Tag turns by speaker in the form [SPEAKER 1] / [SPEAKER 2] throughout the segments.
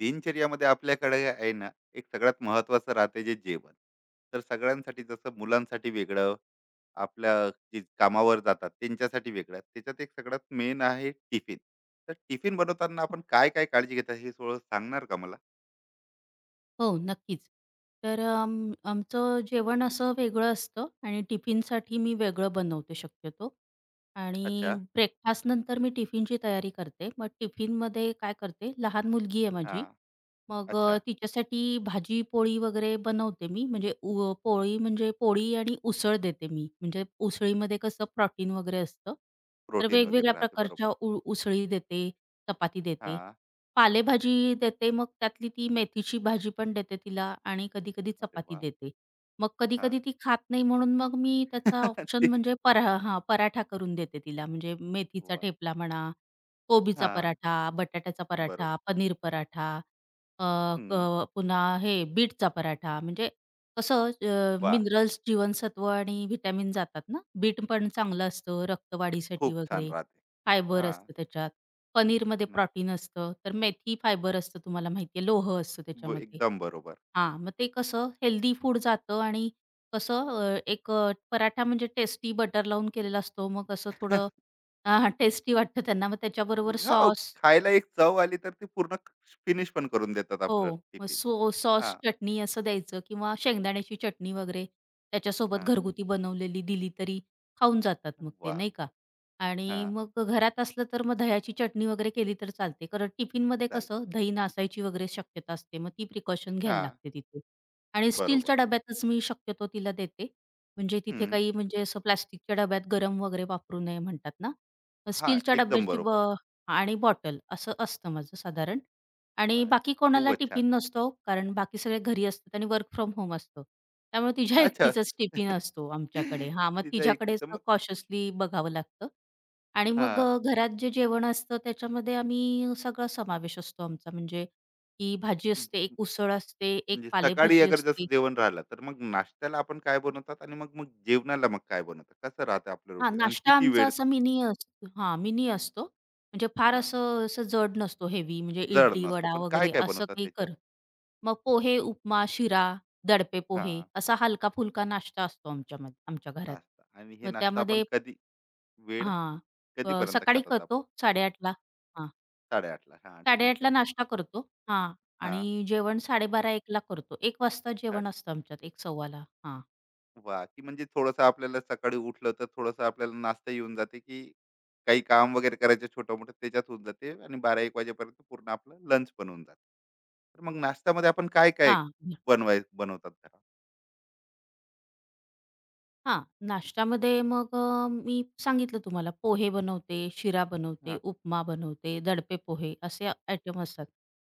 [SPEAKER 1] दिनचर्यामध्ये आपल्याकडे आहे ना एक सगळ्यात महत्वाचं राहते जे जेवण तर सगळ्यांसाठी जसं मुलांसाठी वेगळं आपल्या जे कामावर जातात त्यांच्यासाठी वेगळं त्याच्यात एक सगळ्यात मेन आहे टिफिन. तर टिफिन बनवताना आपण काय काय काळजी घेतात हे थोडं सांगणार का मला?
[SPEAKER 2] हो, नक्कीच. तर आमचं जेवण असं वेगळं असतं आणि टिफिनसाठी मी वेगळं बनवते शक्यतो आणि
[SPEAKER 1] अच्छा.
[SPEAKER 2] ब्रेकफास्ट नंतर मी टिफिनची तयारी करते. मग टिफिनमध्ये काय करते, लहान मुलगी आहे
[SPEAKER 1] हा.
[SPEAKER 2] माझी. मग
[SPEAKER 1] अच्छा.
[SPEAKER 2] तिच्यासाठी भाजी, पोळी वगैरे बनवते मी. म्हणजे पोळी म्हणजे पोळी आणि उसळ देते मी. म्हणजे उसळीमध्ये कसं प्रोटीन वगैरे असतं. तर
[SPEAKER 1] प्रोटीन वगैरे
[SPEAKER 2] वेगवेगळ्या
[SPEAKER 1] राहते
[SPEAKER 2] प्रकारच्या
[SPEAKER 1] बरोबर.
[SPEAKER 2] उसळी देते, चपाती
[SPEAKER 1] हा.
[SPEAKER 2] देते. पालेभाजी देते, मग त्यातली ती मेथीची भाजी पण देते तिला आणि कधी-कधी
[SPEAKER 1] अरे
[SPEAKER 2] चपाती
[SPEAKER 1] वा.
[SPEAKER 2] देते. मग
[SPEAKER 1] हा.
[SPEAKER 2] कधी-कधी ती खात नाही म्हणून मग मी त्याचा ऑप्शन
[SPEAKER 1] तेच.
[SPEAKER 2] म्हणजे पराठा करून देते तिला. म्हणजे मेथीचा
[SPEAKER 1] वा.
[SPEAKER 2] ठेपला म्हणा, कोबीचा
[SPEAKER 1] हा.
[SPEAKER 2] पराठा, बटाट्याचा
[SPEAKER 1] बरोबर.
[SPEAKER 2] पराठा, पनीर पराठा, अ,
[SPEAKER 1] हम्म.
[SPEAKER 2] पुन्हा हे बीटचा पराठा. म्हणजे कसं
[SPEAKER 1] वा.
[SPEAKER 2] मिनरल्स, जीवनसत्व आणि व्हिटॅमिन जातात ना. बीट पण चांगलं असतं रक्तवाढीसाठी
[SPEAKER 1] खूप छान
[SPEAKER 2] वगैरे,
[SPEAKER 1] राहते.
[SPEAKER 2] फायबर
[SPEAKER 1] हा.
[SPEAKER 2] असतं त्याच्यात. पनीरमध्ये
[SPEAKER 1] नक्की.
[SPEAKER 2] प्रोटीन असतं, तर मेथी फायबर असतं तुम्हाला माहिती आहे, लोह असतं
[SPEAKER 1] ब-
[SPEAKER 2] त्याच्यामध्ये.
[SPEAKER 1] एकदम बरोबर.
[SPEAKER 2] हां, मग ते कसं हेल्दी फूड जातं आणि कसं एक पराठा म्हणजे टेस्टी बटर लावून केलेला असतो. मग असं थोडं हां, हां, टेस्टी वाटतं त्यांना. मग त्याच्याबरोबर
[SPEAKER 1] हो,
[SPEAKER 2] सॉस
[SPEAKER 1] खायला एक चव आली तर ती पूर्ण फिनिश पण करून देतात आपलं
[SPEAKER 2] हो. मग
[SPEAKER 1] टिफिन.
[SPEAKER 2] सॉस,
[SPEAKER 1] हां,
[SPEAKER 2] चटणी असं द्यायचं किंवा शेंगदाण्याची चटणी वगैरे त्याच्यासोबत
[SPEAKER 1] हां.
[SPEAKER 2] घरगुती बनवलेली दिली तरी खाऊन जातात मग ते,
[SPEAKER 1] वाह!
[SPEAKER 2] नाही का? आणि
[SPEAKER 1] हां,
[SPEAKER 2] मग घरात असलं तर मग दह्याची चटणी वगैरे केली तर चालते. कारण टिफिनमध्ये
[SPEAKER 1] चालेल.
[SPEAKER 2] कसं दही नासायची वगैरे शक्यता असते. मग ती प्रिकॉशन घ्यायला
[SPEAKER 1] हां,
[SPEAKER 2] लागते तिथे. आणि
[SPEAKER 1] बरोबर.
[SPEAKER 2] स्टीलच्या डब्यातच मी शक्यतो तिला देते. म्हणजे तिथे
[SPEAKER 1] हं.
[SPEAKER 2] काही म्हणजे असं प्लास्टिकच्या डब्यात गरम वगैरे वापरू नये म्हणतात ना. मग
[SPEAKER 1] हां,
[SPEAKER 2] स्टीलच्या
[SPEAKER 1] एकदम
[SPEAKER 2] डब्याची
[SPEAKER 1] बरोबर.
[SPEAKER 2] आणि बॉटल असं असतं माझं साधारण. आणि
[SPEAKER 1] वाह!
[SPEAKER 2] बाकी कोणाला
[SPEAKER 1] खूपच छान.
[SPEAKER 2] टिफिन नसतो, कारण बाकी सगळे घरी असतात आणि वर्क फ्रॉम होम असतो. त्यामुळे तिच्या
[SPEAKER 1] अच्छा.
[SPEAKER 2] एकटीचाच टिफिन असतो आमच्याकडे. हां, मग
[SPEAKER 1] तिचा एक
[SPEAKER 2] तिच्याकडेच
[SPEAKER 1] तिथं मग
[SPEAKER 2] कॉशियसली बघावं लागतं. आणि मग
[SPEAKER 1] हां.
[SPEAKER 2] घरात जे जेवण असतं त्याच्यामध्ये आम्ही सगळा समावेश असतो आमचा. म्हणजे की भाजी असते, एक उसळ असते, एक
[SPEAKER 1] म्हणजे सकाळी
[SPEAKER 2] पालेभाजी
[SPEAKER 1] अगर जसं
[SPEAKER 2] असते.
[SPEAKER 1] जेवण राहिलं, तर मग नाश्त्याला आपण काय बनवतात आणि मग मग जेवणाला मग काय बनवतात? कसं राहतं आपलं
[SPEAKER 2] हां,
[SPEAKER 1] रुटीन आणि
[SPEAKER 2] नाश्ता
[SPEAKER 1] किती
[SPEAKER 2] आमचा
[SPEAKER 1] वेळ?
[SPEAKER 2] असा मिनी असतो हां, मिनी असतो. म्हणजे फार
[SPEAKER 1] हां,
[SPEAKER 2] असं असं जड नसतो हेवी म्हणजे
[SPEAKER 1] जड
[SPEAKER 2] इडली,
[SPEAKER 1] नसतो.
[SPEAKER 2] वडा
[SPEAKER 1] पण
[SPEAKER 2] वगैरे
[SPEAKER 1] काय-काय
[SPEAKER 2] असं
[SPEAKER 1] बनवतात
[SPEAKER 2] काही
[SPEAKER 1] त्याच्यात?
[SPEAKER 2] मग पोहे, उपमा, शिरा, दडपे पोहे
[SPEAKER 1] हां,
[SPEAKER 2] असा हलका-फुलका नाश्ता असतो आमच्यामध्ये आमच्या घरात.
[SPEAKER 1] नाश्ता आणि हे
[SPEAKER 2] मग
[SPEAKER 1] नाश्ता आपण
[SPEAKER 2] त्यामध्ये
[SPEAKER 1] कधी वेळ
[SPEAKER 2] हां,
[SPEAKER 1] कधीपर्यंत
[SPEAKER 2] सकाळी
[SPEAKER 1] खातात आपण?
[SPEAKER 2] करतो हां,
[SPEAKER 1] 8:30 ला ठीक
[SPEAKER 2] 8:30ला
[SPEAKER 1] आहे.
[SPEAKER 2] नाश्ता करतो हां आणि
[SPEAKER 1] हां,
[SPEAKER 2] जेवण 12:30-1ला करतो. 1 वाजता
[SPEAKER 1] साडे
[SPEAKER 2] जेवण असतं आमच्यात 1 सव्वाला हां,
[SPEAKER 1] वाह! की म्हणजे थोडंसं आपल्याला सकाळी उठलं तर थोडंसं आपल्याला नाश्ता येऊन जाते, की काही काम वगैरे करायचं छोटं-मोठं त्याच्यात होऊन जाते आणि 12-1 वाजेपर्यंत पूर्ण आपलं लंच पण होऊन जाते. तर मग नाश्त्यामध्ये आपण काय-काय
[SPEAKER 2] हां.
[SPEAKER 1] बनवाय बनवतात घरात?
[SPEAKER 2] हां, नाश्त्यामध्ये मग मी सांगितलं तुम्हाला पोहे बनवते, शिरा बनवते,
[SPEAKER 1] हां,
[SPEAKER 2] उपमा बनवते, दडपे पोहे असे आयटम असतात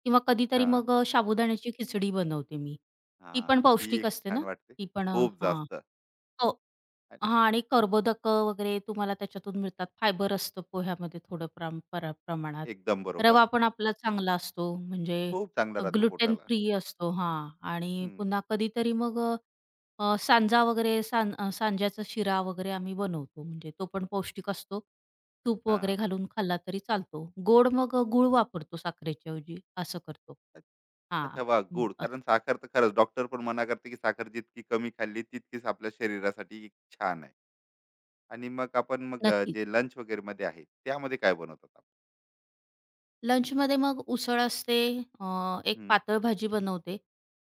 [SPEAKER 2] किंवा कधीतरी
[SPEAKER 1] हां,
[SPEAKER 2] मग साबुदाण्याची खिचडी बनवते मी. ती
[SPEAKER 1] हां,
[SPEAKER 2] पण
[SPEAKER 1] ती
[SPEAKER 2] पौष्टिक
[SPEAKER 1] एक
[SPEAKER 2] असते
[SPEAKER 1] छान
[SPEAKER 2] ना,
[SPEAKER 1] वाटते.
[SPEAKER 2] ती पण
[SPEAKER 1] खूप
[SPEAKER 2] हां.
[SPEAKER 1] जास्त.
[SPEAKER 2] हो.
[SPEAKER 1] आणि
[SPEAKER 2] हां आणि कर्बोदकं वगैरे तुम्हाला त्याच्यातून मिळतात. फायबर असतं पोह्यामध्ये थोडं प्राम परा प्रमाणात.
[SPEAKER 1] एकदम बरोबर.
[SPEAKER 2] रवा पण आपला चांगला असतो म्हणजे
[SPEAKER 1] खूप चांगलं राहते
[SPEAKER 2] ग्लुटेन
[SPEAKER 1] पोटाला.
[SPEAKER 2] फ्री असतो हां आणि
[SPEAKER 1] हं,
[SPEAKER 2] पुन्हा कधीतरी मग सांजा वगैरे सांज्याचा शिरा वगैरे आम्ही बनवतो. म्हणजे तो पण पौष्टिक असतो. तूप वगैरे
[SPEAKER 1] हां.
[SPEAKER 2] घालून खाल्ला तरी चालतो. गोड मग गूळ वापरतो साखरेच्या ऐवजी असं करतो. हां.
[SPEAKER 1] अच्छा वाह!
[SPEAKER 2] हं,
[SPEAKER 1] गूळ.
[SPEAKER 2] असं.
[SPEAKER 1] कारण साखर तर खरंच डॉक्टर पण मना करते, की साखर जितकी कमी खाल्ली तितकीच आपल्या शरीरासाठी छान आहे. आणि मग आपण मग जे
[SPEAKER 2] नक्कीच.
[SPEAKER 1] लंच वगैरेमध्ये आहे, त्यामध्ये काय बनवतात आपण?
[SPEAKER 2] लंचमध्ये मग उसळ असते, एक
[SPEAKER 1] हं,
[SPEAKER 2] पातळ भाजी बनवते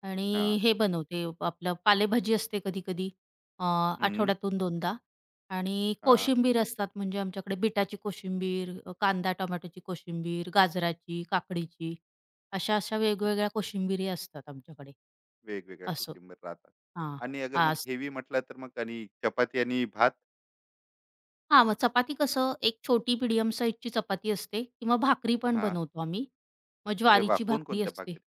[SPEAKER 2] आणि
[SPEAKER 1] हां,
[SPEAKER 2] हे बनवते आपलं पालेभाजी असते कधी-कधी अ,
[SPEAKER 1] हं,
[SPEAKER 2] आठवड्यातून 2दा आणि
[SPEAKER 1] हां.
[SPEAKER 2] कोशिंबीर असतात म्हणजे आमच्याकडे बिटाची कोशिंबीर, कांदा टोमॅटोची कोशिंबीर, गाजराची, काकडीची अशा-अशा वेगवेगळ्या कोशिंबिरी असतात आमच्याकडे
[SPEAKER 1] वेगवेगळ्या
[SPEAKER 2] असं.
[SPEAKER 1] कोशिंबीर राहतात.
[SPEAKER 2] हां.
[SPEAKER 1] आणि अगर मग
[SPEAKER 2] आस
[SPEAKER 1] हेवी म्हटलं तर मग आणि चपाती आणि भात?
[SPEAKER 2] हां, मग चपाती कसं एक छोटी मीडियम साइजची चपाती असते किंवा भाकरी पण
[SPEAKER 1] हां.
[SPEAKER 2] बनवतो आम्ही. मग
[SPEAKER 1] अरे वाह!
[SPEAKER 2] ज्वारीची भाकरी
[SPEAKER 1] कोणकोणत्या
[SPEAKER 2] असते.
[SPEAKER 1] भाकरी?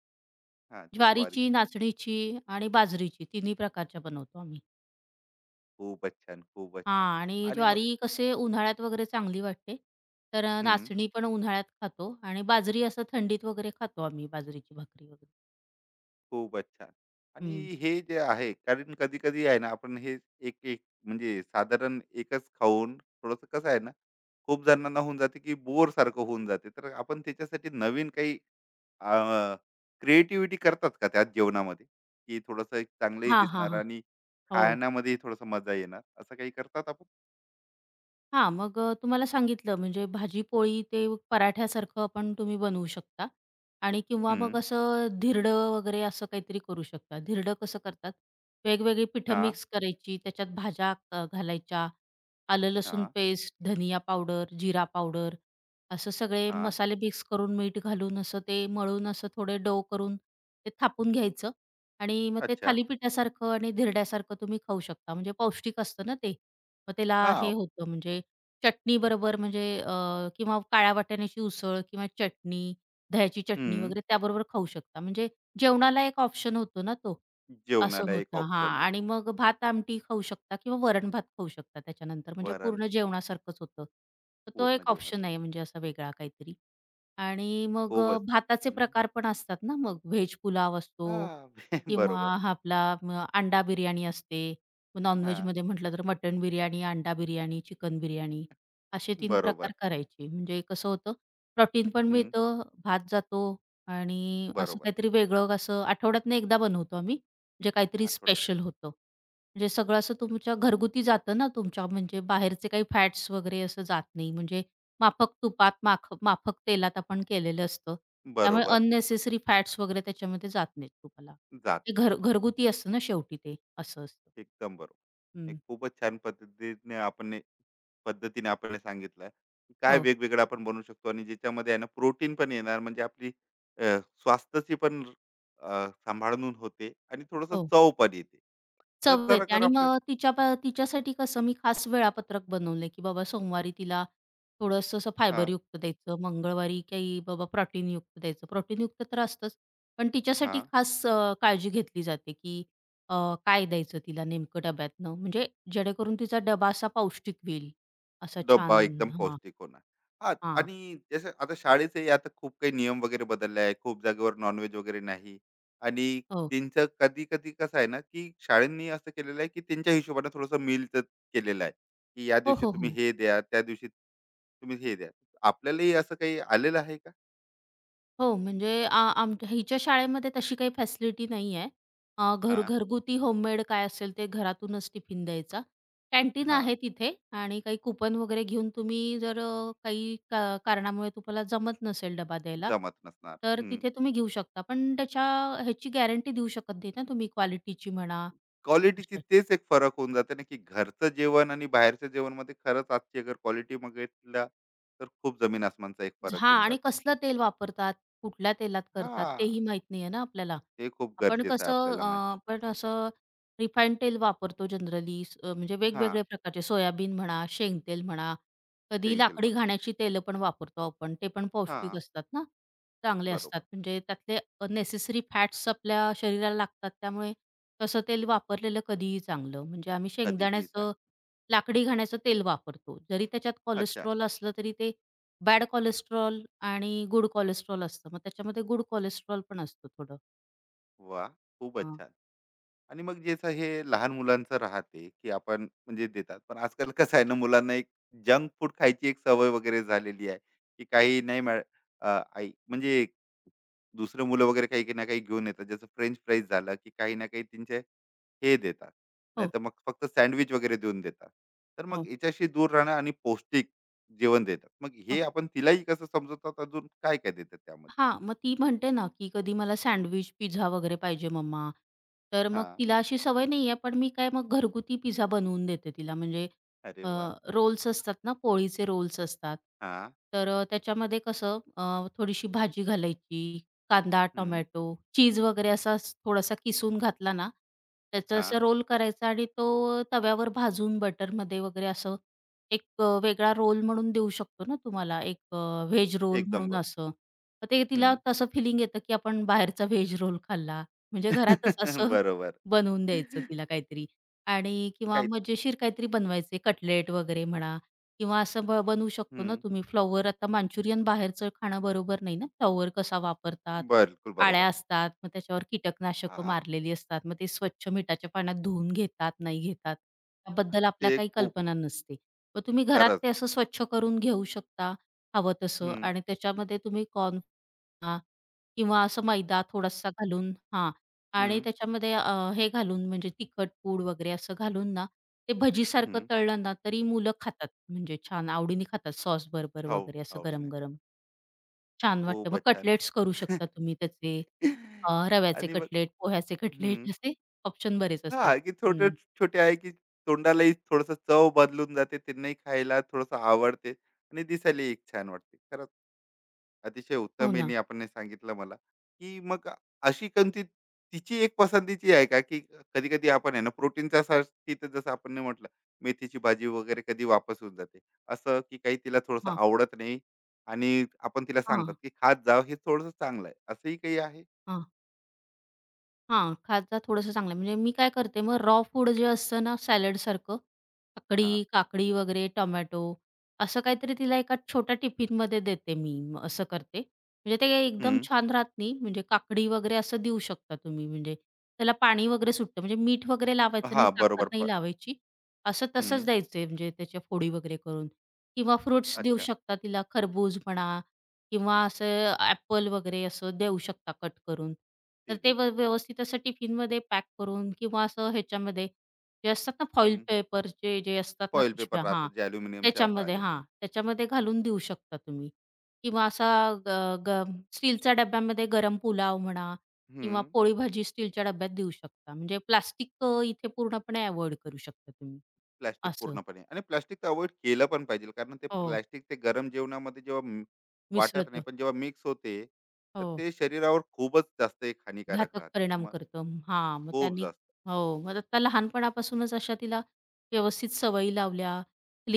[SPEAKER 1] हां, अच्छा
[SPEAKER 2] ज्वारीची,
[SPEAKER 1] ज्वारीची भाकर.
[SPEAKER 2] नाचणीची आणि बाजरीची तिन्ही प्रकारच्या बनवतो आम्ही.
[SPEAKER 1] खूपच छान, खूपच छान.
[SPEAKER 2] हां आणि
[SPEAKER 1] आणि मग
[SPEAKER 2] ज्वारी कसे उन्हाळ्यात वगैरे चांगली वाटते. तर
[SPEAKER 1] हं.
[SPEAKER 2] नाचणी पण उन्हाळ्यात खातो आणि बाजरी असं थंडीत वगैरे खातो आम्ही बाजरीची भाकरी वगैरे.
[SPEAKER 1] खूपच छान. आणि
[SPEAKER 2] हं.
[SPEAKER 1] हे जे आहे कारण कधी-कधी आहे ना आपण हे एक-एक म्हणजे साधारण एकच खाऊन थोडंसं कसं आहे ना, खूप जणांना होऊन जाते की बोरसारखं होऊन जाते. तर आपण त्याच्यासाठी नवीन काही क्रिएटिव्हिटी करतात का त्यात जेवणामध्ये? की थोडंसं एक चांगलंही
[SPEAKER 2] हां, हां,
[SPEAKER 1] दिसणार
[SPEAKER 2] हां.
[SPEAKER 1] आणि
[SPEAKER 2] हो.
[SPEAKER 1] खाण्यामध्येही थोडंसं मजा येणार. असं काही करतात आपण?
[SPEAKER 2] हां, मग तुम्हाला सांगितलं म्हणजे भाजी-पोळी ते पराठ्यासारखं पण तुम्ही बनवू शकता आणि किंवा
[SPEAKER 1] हं.
[SPEAKER 2] मग असं धिरडं वगैरे असं काहीतरी करू शकता. धिरडं कसं करतात, वेगवेगळी पिठं
[SPEAKER 1] हां,
[SPEAKER 2] मिक्स करायची, त्याच्यात भाज्या घालायच्या, आलं लसूण
[SPEAKER 1] हां,
[SPEAKER 2] पेस्ट, धनिया पावडर, जिरा पावडर असं सगळे
[SPEAKER 1] हां.
[SPEAKER 2] मसाले मिक्स करून, मीठ घालून असं ते मळून असं थोडे डो करून ते थापून घ्यायचं आणि मग ते
[SPEAKER 1] अच्छा.
[SPEAKER 2] थालीपीठासारखं आणि धिरड्यासारखं तुम्ही खाऊ शकता. म्हणजे पौष्टिक असतं ना ते. मग त्याला
[SPEAKER 1] हां.
[SPEAKER 2] हे होतं म्हणजे चटणी बरोबर म्हणजे किंवा काळ्या वाटाण्याची उसळ किंवा चटणी, दह्याची चटणी
[SPEAKER 1] हं.
[SPEAKER 2] वगैरे त्याबरोबर खाऊ शकता. म्हणजे जेवणाला एक ऑप्शन होतो ना तो. असं
[SPEAKER 1] जेवणाला एक
[SPEAKER 2] होतं
[SPEAKER 1] ऑप्शन
[SPEAKER 2] हां. आणि
[SPEAKER 1] होतो.
[SPEAKER 2] मग भात-आमटी खाऊ शकता किंवा वरण-भात खाऊ शकता त्याच्यानंतर. म्हणजे
[SPEAKER 1] वरण
[SPEAKER 2] पूर्ण
[SPEAKER 1] भात,
[SPEAKER 2] जेवणासारखंच होतं. तर तो
[SPEAKER 1] पूर्ण
[SPEAKER 2] एक ऑप्शन आहे
[SPEAKER 1] जेवणासारखं.
[SPEAKER 2] म्हणजे असा वेगळा काहीतरी. आणि मग
[SPEAKER 1] खूपच.
[SPEAKER 2] भाताचे
[SPEAKER 1] हं.
[SPEAKER 2] प्रकार पण असतात ना मग व्हेज पुलाव असतो
[SPEAKER 1] हां.
[SPEAKER 2] किंवा
[SPEAKER 1] बरोबर.
[SPEAKER 2] हा आपला अंडा बिर्याणी असते.
[SPEAKER 1] हां.
[SPEAKER 2] नॉनव्हेजमध्ये म्हटलं तर मटण बिर्याणी, अंडा बिर्याणी, चिकन बिर्याणी असे 3 प्रकार
[SPEAKER 1] बरोबर.
[SPEAKER 2] करायचे. म्हणजे कसं होतं प्रोटीन पण
[SPEAKER 1] हं.
[SPEAKER 2] मिळतं, भात जातो आणि असं
[SPEAKER 1] बरोबर.
[SPEAKER 2] काहीतरी वेगळं असं आठवड्यातनं एकदा बनवतो आम्ही. म्हणजे काहीतरी
[SPEAKER 1] आठवड्यात
[SPEAKER 2] स्पेशल होतं. म्हणजे सगळं असं तुमच्या घरगुती जातं ना तुमच्या म्हणजे बाहेरचे काही फॅट्स वगैरे असं जात नाही. म्हणजे माफक तुपात, माफक तेलात आपण केलेलं असतं. त्यामुळे
[SPEAKER 1] बरोबर.
[SPEAKER 2] अननेसेसरी फॅट्स वगैरे त्याच्यामध्ये जात नाहीत तुपाला.
[SPEAKER 1] जात
[SPEAKER 2] ते
[SPEAKER 1] नाही.
[SPEAKER 2] घरगुती असतं ना शेवटी ते, असं असतं.
[SPEAKER 1] एकदम बरोबर. एक
[SPEAKER 2] हं.
[SPEAKER 1] खूपच छान पद्धतीने आपण हे पद्धतीने आपल्याला सांगितलं, की काय
[SPEAKER 2] हो,
[SPEAKER 1] वेगवेगळं आपण बनवू शकतो आणि ज्याच्यामध्ये आहे ना प्रोटीन पण येणार म्हणजे आपली अ, स्वास्थ्याची पण सांभाळून होते आणि थोडंसं
[SPEAKER 2] हो.
[SPEAKER 1] चव पण येते. तर
[SPEAKER 2] चव
[SPEAKER 1] जरा
[SPEAKER 2] येते
[SPEAKER 1] कर
[SPEAKER 2] आणि
[SPEAKER 1] आपल्या
[SPEAKER 2] मग तिच्या तिच्यासाठी कसं मी खास वेळापत्रक बनवलंय, की बाबा सोमवारी तिला थोडंसं असं
[SPEAKER 1] हां.
[SPEAKER 2] फायबरयुक्त द्यायचं, मंगळवारी काही बाबा प्रोटीनयुक्त द्यायचं. प्रोटीनयुक्त तर असतंच, पण तिच्यासाठी
[SPEAKER 1] हां.
[SPEAKER 2] खास काळजी घेतली जाते, की अ, काय द्यायचं तिला नेमकं डब्यातनं, म्हणजे जेणेकरून तिचा डबा असा पौष्टिक होईल, असा
[SPEAKER 1] डब्बा
[SPEAKER 2] छान
[SPEAKER 1] एकदम
[SPEAKER 2] हां,
[SPEAKER 1] पौष्टिक होणार. हां,
[SPEAKER 2] हां.
[SPEAKER 1] आणि जसं आता शाळेचेही आता खूप काही नियम वगैरे बदलले आहे. खूप जागेवर नॉन वगैरे नाही आणि
[SPEAKER 2] हो.
[SPEAKER 1] त्यांचं कधी-कधी कसं आहे ना, की शाळांनी असं केलेलं आहे, की त्यांच्या हिशोबाने थोडंसं मीलचं केलेलं आहे, की या
[SPEAKER 2] हो,
[SPEAKER 1] दिवशी
[SPEAKER 2] हो,
[SPEAKER 1] तुम्ही
[SPEAKER 2] हो.
[SPEAKER 1] हे द्या, त्या दिवशी तुम्ही हे द्या. आपल्यालाही असं काही आलेलं आहे का?
[SPEAKER 2] हो, म्हणजे आमच्या हिच्या शाळेमध्ये तशी काही फॅसिलिटी नाही आहे.
[SPEAKER 1] हां,
[SPEAKER 2] घरगुती होममेड काय असेल ते घरातूनच टिफिन द्यायचा. कॅन्टीन
[SPEAKER 1] हां,
[SPEAKER 2] आहे तिथे आणि काही कुपन वगैरे घेऊन तुम्ही जर काही का कारणामुळे तुम्हाला जमत नसेल डबा द्यायला,
[SPEAKER 1] जमत नसणार.
[SPEAKER 2] तर
[SPEAKER 1] हं.
[SPEAKER 2] तिथे तुम्ही घेऊ शकता. पण त्याच्या ह्याची गॅरंटी देऊ शकत नाही ना तुम्ही क्वालिटीची म्हणा.
[SPEAKER 1] क्वालिटीची तेच एक फरक होऊन जाते ना, की घरचं जेवण आणि बाहेरच्या जेवणमध्ये खरंच आजची अगर क्वालिटी बघितला, तर खूप जमीन आसमानचा एक फरक
[SPEAKER 2] हां
[SPEAKER 1] येऊन
[SPEAKER 2] आणि
[SPEAKER 1] जातो.
[SPEAKER 2] कसलं तेल वापरतात, कुठल्या तेलात करतात
[SPEAKER 1] हां.
[SPEAKER 2] तेही माहीत नाहीये ना आपल्याला.
[SPEAKER 1] ते खूप गरजेचं आहे आपल्याला माहिती.
[SPEAKER 2] आपण असं रिफाईंड तेल वापरतो जनरली म्हणजे
[SPEAKER 1] हां.
[SPEAKER 2] वेगवेगळ्या प्रकारचे सोयाबीन म्हणा, शेंगतेल म्हणा, कधी
[SPEAKER 1] शेंग तेल
[SPEAKER 2] लाकडी
[SPEAKER 1] म्हणा.
[SPEAKER 2] घाण्याची तेलं पण वापरतो आपण. ते पण पौष्टिक
[SPEAKER 1] हां.
[SPEAKER 2] असतात ना, चांगले असतात.
[SPEAKER 1] बरोबर.
[SPEAKER 2] म्हणजे त्यातले नेसेसरी फॅट्स आपल्या शरीराला लागतात. त्यामुळे तसं तेल वापरलेलं कधीही चांगलं. म्हणजे आम्ही
[SPEAKER 1] कधीही सांग.
[SPEAKER 2] शेंगदाण्याचं, लाकडी घाण्याचं तेल वापरतो. जरी त्याच्यात
[SPEAKER 1] अच्छा.
[SPEAKER 2] कोलेस्ट्रॉल असलं तरी ते बॅड कोलेस्ट्रॉल आणि गुड कोलेस्ट्रॉल असतं. मग त्याच्यामध्ये गुड कोलेस्ट्रॉल पण असतो थोडं.
[SPEAKER 1] वाह! खूपच
[SPEAKER 2] हां.
[SPEAKER 1] छान. आणि मग जसं हे लहान मुलांचं राहते, की आपण म्हणजे देतात. पण आजकाल कसं आहे ना, मुलांना एक जंक फूड खायची एक सवय वगैरे झालेली आहे, की काही नाही मॅड अ, आई म्हणजे दुसरे मुलं वगैरे काही काही ना काही घेऊन येतात जसं फ्रेंच फ्राईज झालं की काही ना काही त्यांचे हे देतात
[SPEAKER 2] हो,
[SPEAKER 1] नाहीतर मग फक्त सँडविच वगैरे देऊन देतात तर मग
[SPEAKER 2] हो.
[SPEAKER 1] याच्याशी दूर राहणं आणि पौष्टिक जेवण देतात मग हे आपण तिलाही कसं समजवतात अजून काय काय देतात त्यामध्ये?
[SPEAKER 2] हां, मग ती म्हणते ना, की कधी मला सँडविच, पिझ्झा वगैरे पाहिजे मम्मा. तर मग
[SPEAKER 1] हा.
[SPEAKER 2] तिला अशी सवय नाही आहे, पण मी काय मग घरगुती पिझ्झा बनवून देते तिला. म्हणजे
[SPEAKER 1] अरे
[SPEAKER 2] अ,
[SPEAKER 1] वा.
[SPEAKER 2] रोल्स असतात ना, पोळीचे रोल्स असतात.
[SPEAKER 1] हा.
[SPEAKER 2] तर त्याच्यामध्ये कसं थोडीशी भाजी घालायची, कांदा,
[SPEAKER 1] हम्म.
[SPEAKER 2] टोमॅटो, चीज वगैरे असा थोडासा किसून घातला ना, त्याचा
[SPEAKER 1] हा.
[SPEAKER 2] असा रोल करायचा आणि तो तव्यावर भाजून बटरमध्ये वगैरे असं एक वेगळा रोल म्हणून देऊ शकतो ना तुम्हाला, एक व्हेज रोल
[SPEAKER 1] एकदम
[SPEAKER 2] म्हणून
[SPEAKER 1] बरोबर.
[SPEAKER 2] असं. मग ते तिला
[SPEAKER 1] हम्म.
[SPEAKER 2] तसं फिलिंग येतं, की आपण बाहेरचा व्हेज रोल खाल्ला. म्हणजे घरातच असं
[SPEAKER 1] बरोबर.
[SPEAKER 2] बनवून द्यायचं तिला काहीतरी आणि किंवा
[SPEAKER 1] काय ते?
[SPEAKER 2] मजेशीर काहीतरी बनवायचे कटलेट वगैरे म्हणा किंवा असं बनवू शकतो ना
[SPEAKER 1] हम्म.
[SPEAKER 2] तुम्ही फ्लॉवर आता मांचुरियन बाहेरचं खाणं बरोबर नाही ना. फ्लॉवर कसा वापरतात,
[SPEAKER 1] बिलकुल
[SPEAKER 2] अळ्या
[SPEAKER 1] बरोबर आहे.
[SPEAKER 2] असतात, मग त्याच्यावर कीटकनाशकं
[SPEAKER 1] हा.
[SPEAKER 2] मारलेली असतात. मग ते स्वच्छ मिठाच्या पाण्यात धुवून घेतात, नाही घेतात. त्याबद्दल आपल्या
[SPEAKER 1] ते
[SPEAKER 2] काही
[SPEAKER 1] खूप
[SPEAKER 2] कल्पना नसते. मग तुम्ही घरात
[SPEAKER 1] खरंच.
[SPEAKER 2] ते असं स्वच्छ करून घेऊ शकता हवं तसं
[SPEAKER 1] हम्म.
[SPEAKER 2] आणि त्याच्यामध्ये तुम्ही कॉर्न अ, किंवा असं मैदा थोडासा घालून हां आणि
[SPEAKER 1] हम्म.
[SPEAKER 2] त्याच्यामध्ये हे घालून म्हणजे तिखट पूड वगैरे असं घालून ना, ते भजीसारखं
[SPEAKER 1] हम्म.
[SPEAKER 2] तळलं ना, तरी मुलं खातात. म्हणजे छान आवडीने खातात सॉस बरोबर
[SPEAKER 1] खाऊ
[SPEAKER 2] वगैरे असं
[SPEAKER 1] आवडीने
[SPEAKER 2] गरम-गरम.
[SPEAKER 1] खातात.
[SPEAKER 2] छान वाटतं. मग
[SPEAKER 1] खूपच छान.
[SPEAKER 2] कटलेट्स करू शकता तुम्ही त्याचे. रव्याचे
[SPEAKER 1] आणि मग
[SPEAKER 2] कटलेट, पोह्याचे
[SPEAKER 1] हं.
[SPEAKER 2] कटलेट असे ऑप्शन बरेच असतात.
[SPEAKER 1] हां, की
[SPEAKER 2] हं.
[SPEAKER 1] छोटे-छोटे आहे, की तोंडालाही थोडंसं चव बदलून जाते. त्यांनाही खायला थोडंसं आवडते आणि दिसायलाही एक छान वाटते. खरंच अतिशय
[SPEAKER 2] हो
[SPEAKER 1] उत्तम
[SPEAKER 2] ना.
[SPEAKER 1] यांनी आपण हे सांगितलं मला, की मग अशी कोणती तिची एक पसंतीची आहे का, की कधी-कधी आपण आहे ना प्रोटीनच्या साठी तर जसं आपण ने म्हटलं, मेथीची भाजी वगैरे कधी वापस होऊन जाते. असं की काही तिला थोडंसं
[SPEAKER 2] हां,
[SPEAKER 1] आवडत नाही आणि आपण तिला सांगतात,
[SPEAKER 2] हां,
[SPEAKER 1] की खात जा हे थोडंसं चांगलं आहे. असंही काही आहे?
[SPEAKER 2] हां. हां, खाजा थोडंसं चांगलं म्हणजे मी काय करते मग रॉ फूड जे असतं ना सॅलडसारखं, काकडी,
[SPEAKER 1] हां.
[SPEAKER 2] वगैरे, टोमॅटो असं काहीतरी तिला एका छोट्या टिफिनमध्ये देते मी. असं करते. म्हणजे ते एकदम
[SPEAKER 1] हं.
[SPEAKER 2] छान राहत नाही. म्हणजे काकडी वगैरे असं देऊ शकता तुम्ही म्हणजे त्याला पाणी वगैरे सुटतं. म्हणजे मीठ वगैरे लावायचं नाही,
[SPEAKER 1] हां,
[SPEAKER 2] साखर
[SPEAKER 1] बरोबर
[SPEAKER 2] नाही
[SPEAKER 1] पण.
[SPEAKER 2] लावायची. असं तसंच
[SPEAKER 1] हं.
[SPEAKER 2] द्यायचं म्हणजे त्याच्या फोडी वगैरे करून किंवा फ्रुट्स देऊ
[SPEAKER 1] अच्छा.
[SPEAKER 2] शकता तिला. खरबूज म्हणा किंवा असं ॲपल वगैरे असं देऊ शकता कट करून.
[SPEAKER 1] ते
[SPEAKER 2] तर ते
[SPEAKER 1] देऊ शकतो आपण.
[SPEAKER 2] व्यवस्थित असं टिफिनमध्ये पॅक करून किंवा असं ह्याच्यामध्ये जे असतात ना फॉइल
[SPEAKER 1] हं.
[SPEAKER 2] पेपरचे जे असतात ना
[SPEAKER 1] फॉइल पेपर
[SPEAKER 2] पिशव्या
[SPEAKER 1] राहतात
[SPEAKER 2] हां,
[SPEAKER 1] जे अॅल्युमिनियमचे आता
[SPEAKER 2] त्याच्यामध्ये
[SPEAKER 1] आलेले आहे.
[SPEAKER 2] हां, त्याच्यामध्ये घालून देऊ शकता तुम्ही. किंवा असा ग ग स्टीलच्या डब्यामध्ये गरम पुलाव म्हणा
[SPEAKER 1] हं.
[SPEAKER 2] किंवा पोळी भाजी स्टीलच्या डब्यात देऊ शकता. म्हणजे प्लास्टिक इथे पूर्णपणे अव्हॉइड करू शकता तुम्ही
[SPEAKER 1] प्लास्टिक
[SPEAKER 2] असं.
[SPEAKER 1] पूर्णपणे आणि प्लास्टिक तर अव्हॉइड केलं पण पाहिजे कारण ते
[SPEAKER 2] हो,
[SPEAKER 1] प्लास्टिक ते गरम जेवणामध्ये जेव्हा म वाटत नाही,
[SPEAKER 2] मिसळतं.
[SPEAKER 1] पण जेव्हा मिक्स होते, तर
[SPEAKER 2] हो.
[SPEAKER 1] ते शरीरावर खूपच जास्त एक हानिकारक
[SPEAKER 2] घातक
[SPEAKER 1] राहते.
[SPEAKER 2] परिणाम
[SPEAKER 1] तुम्हा
[SPEAKER 2] करतं. हां, मग
[SPEAKER 1] खूप
[SPEAKER 2] त्यांनी
[SPEAKER 1] जास्त.
[SPEAKER 2] हो, मग आता लहानपणापासूनच अशा तिला व्यवस्थित सवयी लावल्या,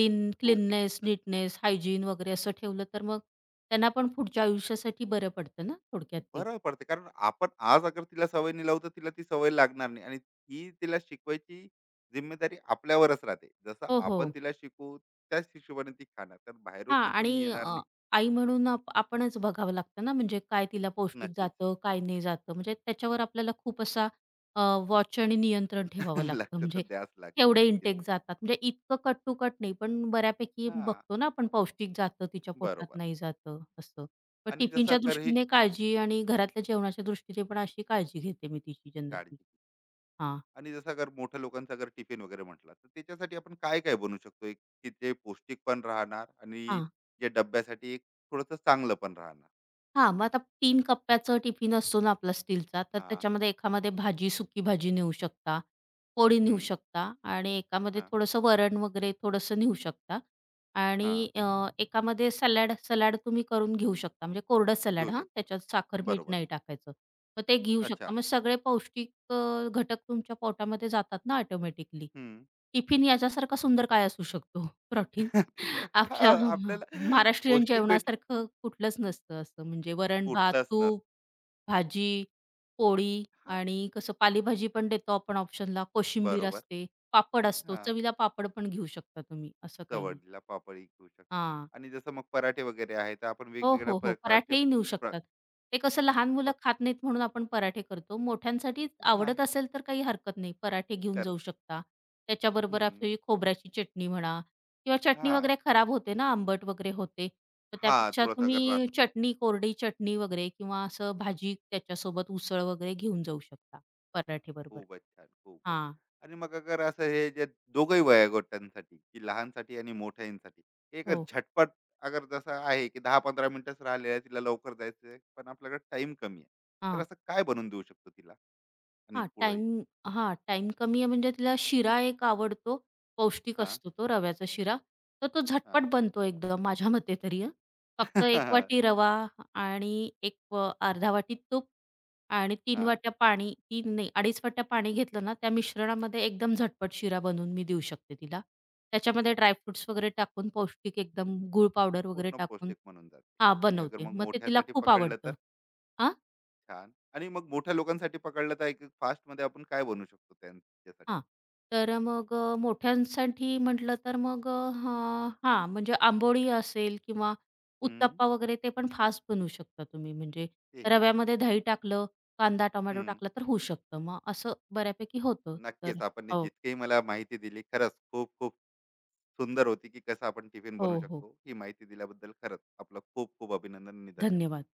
[SPEAKER 1] नाही, खूप
[SPEAKER 2] क्लीननेस, नीटनेस, हायजीन वगैरे असं ठेवलं, तर मग त्यांना पण पुढच्या आयुष्यासाठी बरं पडतं ना थोडक्यात ते.
[SPEAKER 1] बरं पडते कारण आपण आज अगर तिला सवय नाही लावू, तर तिला ती सवय लागणार नाही आणि ही तिला शिकवायची जिम्मेदारी आपल्यावरच राहते. जसं
[SPEAKER 2] हो,
[SPEAKER 1] आपण
[SPEAKER 2] हो.
[SPEAKER 1] तिला शिकवू त्याच हिशोबाने ती खाणार. तर बाहेरून
[SPEAKER 2] हां
[SPEAKER 1] तर
[SPEAKER 2] आणि
[SPEAKER 1] कोणी येणार नाही.
[SPEAKER 2] आई म्हणून आपणच बघावं लागतं ना, म्हणजे काय तिला पौष्टिक
[SPEAKER 1] नक्कीच.
[SPEAKER 2] जातं, काय नाही जातं. म्हणजे त्याच्यावर आपल्याला खूप असा अ, वॉच आणि नियंत्रण ठेवावं लागतं.
[SPEAKER 1] लक्ष तर
[SPEAKER 2] म्हणजे
[SPEAKER 1] द्यास लागते
[SPEAKER 2] केवढे
[SPEAKER 1] नक्कीच
[SPEAKER 2] इंटेक
[SPEAKER 1] आहे.
[SPEAKER 2] जातात. म्हणजे इतकं कट टू कट नाही, पण बऱ्यापैकी
[SPEAKER 1] हा.
[SPEAKER 2] बघतो ना आपण पौष्टिक जातं, तिच्या पोटात
[SPEAKER 1] बरोबर.
[SPEAKER 2] नाही जातं असं. पण
[SPEAKER 1] आणि जसं
[SPEAKER 2] टिफिनच्या
[SPEAKER 1] कर हे
[SPEAKER 2] दृष्टीने काळजी आणि घरातल्या जेवणाच्या दृष्टीने पण अशी काळजी घेते मी तिची जनरली.
[SPEAKER 1] काळजी
[SPEAKER 2] हां,
[SPEAKER 1] आणि जसं अगर मोठ्या लोकांचा अगर टिफिन वगैरे म्हटला तर त्याच्यासाठी आपण काय काय बनवू शकतो एक की ते पौष्टिक पण राहणार आणि
[SPEAKER 2] हां.
[SPEAKER 1] जे डब्यासाठी एक थोडंसं चांगलं पण राहणार.
[SPEAKER 2] हां, मग आता 3 कप्प्याचा टिफिन असतो ना आपला स्टीलचा, तर
[SPEAKER 1] हा.
[SPEAKER 2] त्याच्यामध्ये एकामध्ये भाजी, सुकी भाजी नेऊ शकता, पोळी नेऊ
[SPEAKER 1] हम्म.
[SPEAKER 2] शकता आणि एकामध्ये
[SPEAKER 1] हा.
[SPEAKER 2] थोडंसं वरण वगैरे थोडंसं नेऊ शकता
[SPEAKER 1] हा.
[SPEAKER 2] आणि एकामध्ये सलाड सलाड तुम्ही करून घेऊ शकता, म्हणजे कोरडं
[SPEAKER 1] घेऊ
[SPEAKER 2] सलाड हां,
[SPEAKER 1] शकतो.
[SPEAKER 2] त्याच्यात साखर, मीठ
[SPEAKER 1] बरोबर.
[SPEAKER 2] नाही टाकायचं. मग ते घेऊ
[SPEAKER 1] अच्छा.
[SPEAKER 2] शकता. मग सगळे पौष्टिक घटक तुमच्या पोटामध्ये जातात ना ऑटोमॅटिकली.
[SPEAKER 1] हम्म.
[SPEAKER 2] टिफिन याच्यासारखा सुंदर काय असू शकतो? प्रोटीन
[SPEAKER 1] त्याच्या- हा,
[SPEAKER 2] आपल्या
[SPEAKER 1] आपल्याला
[SPEAKER 2] महाराष्ट्रीयन
[SPEAKER 1] पौष्टिक भेट
[SPEAKER 2] जेवणासारखं कुठलंच नसतं असं म्हणजे वरण-भात,
[SPEAKER 1] कुठलाच नसतं.
[SPEAKER 2] तूप, भाजी, पोळी
[SPEAKER 1] हा.
[SPEAKER 2] आणि कसं पालेभाजी पण देतो आपण ऑप्शनला, कोशिंबीर
[SPEAKER 1] बरोबर.
[SPEAKER 2] असते, पापड असतो,
[SPEAKER 1] हा.
[SPEAKER 2] चवीला पापड पण घेऊ शकता तुम्ही, असं काही नाही.
[SPEAKER 1] चवडीला पापड़ी घेऊ शकतो
[SPEAKER 2] हां.
[SPEAKER 1] आणि जसं मग पराठे वगैरे आहे तर आपण
[SPEAKER 2] हो,
[SPEAKER 1] वेगवेगळ्या
[SPEAKER 2] हो, हो.
[SPEAKER 1] प्रकारचे
[SPEAKER 2] पराठेही नेऊ
[SPEAKER 1] प्र,
[SPEAKER 2] शकतात. ते कसं लहान मुलं
[SPEAKER 1] प,
[SPEAKER 2] खात नाहीत म्हणून आपण पराठे करतो. मोठ्यांसाठी
[SPEAKER 1] हा
[SPEAKER 2] आवडत असेल तर काही हरकत नाही. पराठे घेऊन
[SPEAKER 1] कर
[SPEAKER 2] जाऊ शकता. त्याच्याबरोबर
[SPEAKER 1] हम्म,
[SPEAKER 2] आपली खोबऱ्याची चटणी म्हणा किंवा चटणी
[SPEAKER 1] हा
[SPEAKER 2] वगैरे खराब होते ना, आंबट वगैरे होते. तर
[SPEAKER 1] हा
[SPEAKER 2] त्यापेक्षा
[SPEAKER 1] थोडासा अगर रात
[SPEAKER 2] तुम्ही चटणी, कोरडी चटणी वगैरे किंवा असं भाजी त्याच्यासोबत उसळ वगैरे घेऊन जाऊ शकता पराठेबरोबर.
[SPEAKER 1] खूपच छान खूपच.
[SPEAKER 2] हां.
[SPEAKER 1] आणि मग अगर असं हे जे दोघही वयोगटांसाठी की लहानसाठी आणि मोठ्यांसाठी एक
[SPEAKER 2] हो.
[SPEAKER 1] झटपट अगर जसं आहे की 10-15 मिनिटच राहिले आहे तिला लवकर जायचं आहे पण आपल्याकडे टाइम कमी आहे तर असं काय बनवून देऊ शकतो तिला आणि
[SPEAKER 2] हां,
[SPEAKER 1] पुढे?
[SPEAKER 2] टाईम हां, टाईम कमी आहे म्हणजे तिला शिरा एक आवडतो. पौष्टिक
[SPEAKER 1] हा.
[SPEAKER 2] असतो तो रव्याचा शिरा. तर तो
[SPEAKER 1] हा.
[SPEAKER 2] झटपट बनतो एकदम माझ्या मते तरी हं. फक्त 1 वाटी रवा आणि एक अर्धा वाटी तूप आणि तीन
[SPEAKER 1] हा.
[SPEAKER 2] वाट्या पाणी 3 नाही 2.5 वाट्या पाणी घेतलं ना, त्या मिश्रणामध्ये एकदम झटपट शिरा बनवून मी देऊ शकते तिला.
[SPEAKER 1] अरे
[SPEAKER 2] त्याच्यामध्ये ड्राय
[SPEAKER 1] वा.
[SPEAKER 2] वगैरे टाकून पौष्टिक एकदम गूळ पावडर वगैरे
[SPEAKER 1] पूर्ण
[SPEAKER 2] टाकून
[SPEAKER 1] पौष्टिक म्हणून जाते.
[SPEAKER 2] हां,
[SPEAKER 1] आणि अगर
[SPEAKER 2] बनवते.
[SPEAKER 1] मग
[SPEAKER 2] मग ते तिला
[SPEAKER 1] मोठ्यासाठी
[SPEAKER 2] खूप
[SPEAKER 1] पकडलं तर
[SPEAKER 2] आवडतं. हां?
[SPEAKER 1] छान. आणि मग मोठ्या लोकांसाठी पकडलं तर एक फास्ट मध्ये आपण काय बनवू शकतो त्यांच्यासाठी?
[SPEAKER 2] हां. तर मग मोठ्यांसाठी म्हटलं तर मग म्हणजे आंबोळी असेल किंवा
[SPEAKER 1] हम्म,
[SPEAKER 2] उत्तप्पा वगैरे ते पण फास्ट बनवू शकता तुम्ही. म्हणजे
[SPEAKER 1] तेही फास्ट
[SPEAKER 2] रव्यामध्ये
[SPEAKER 1] बनवू
[SPEAKER 2] दही टाकलं, कांदा,
[SPEAKER 1] शकतो.
[SPEAKER 2] टोमॅटो
[SPEAKER 1] हम्म,
[SPEAKER 2] टाकला तर होऊ शकतं. मग असं बऱ्यापैकी होतं. तर
[SPEAKER 1] नक्कीच आपण हे
[SPEAKER 2] हो,
[SPEAKER 1] जितकेही मला माहिती दिली खरंच खूप खूप सुंदर होती की कसं आपण टिफिन बनवू
[SPEAKER 2] हो, हो.
[SPEAKER 1] शकतो. ही माहिती दिल्याबद्दल खरंच आपलं खूप खूप अभिनंदन आणि धन्यवाद.
[SPEAKER 2] धन्यवाद.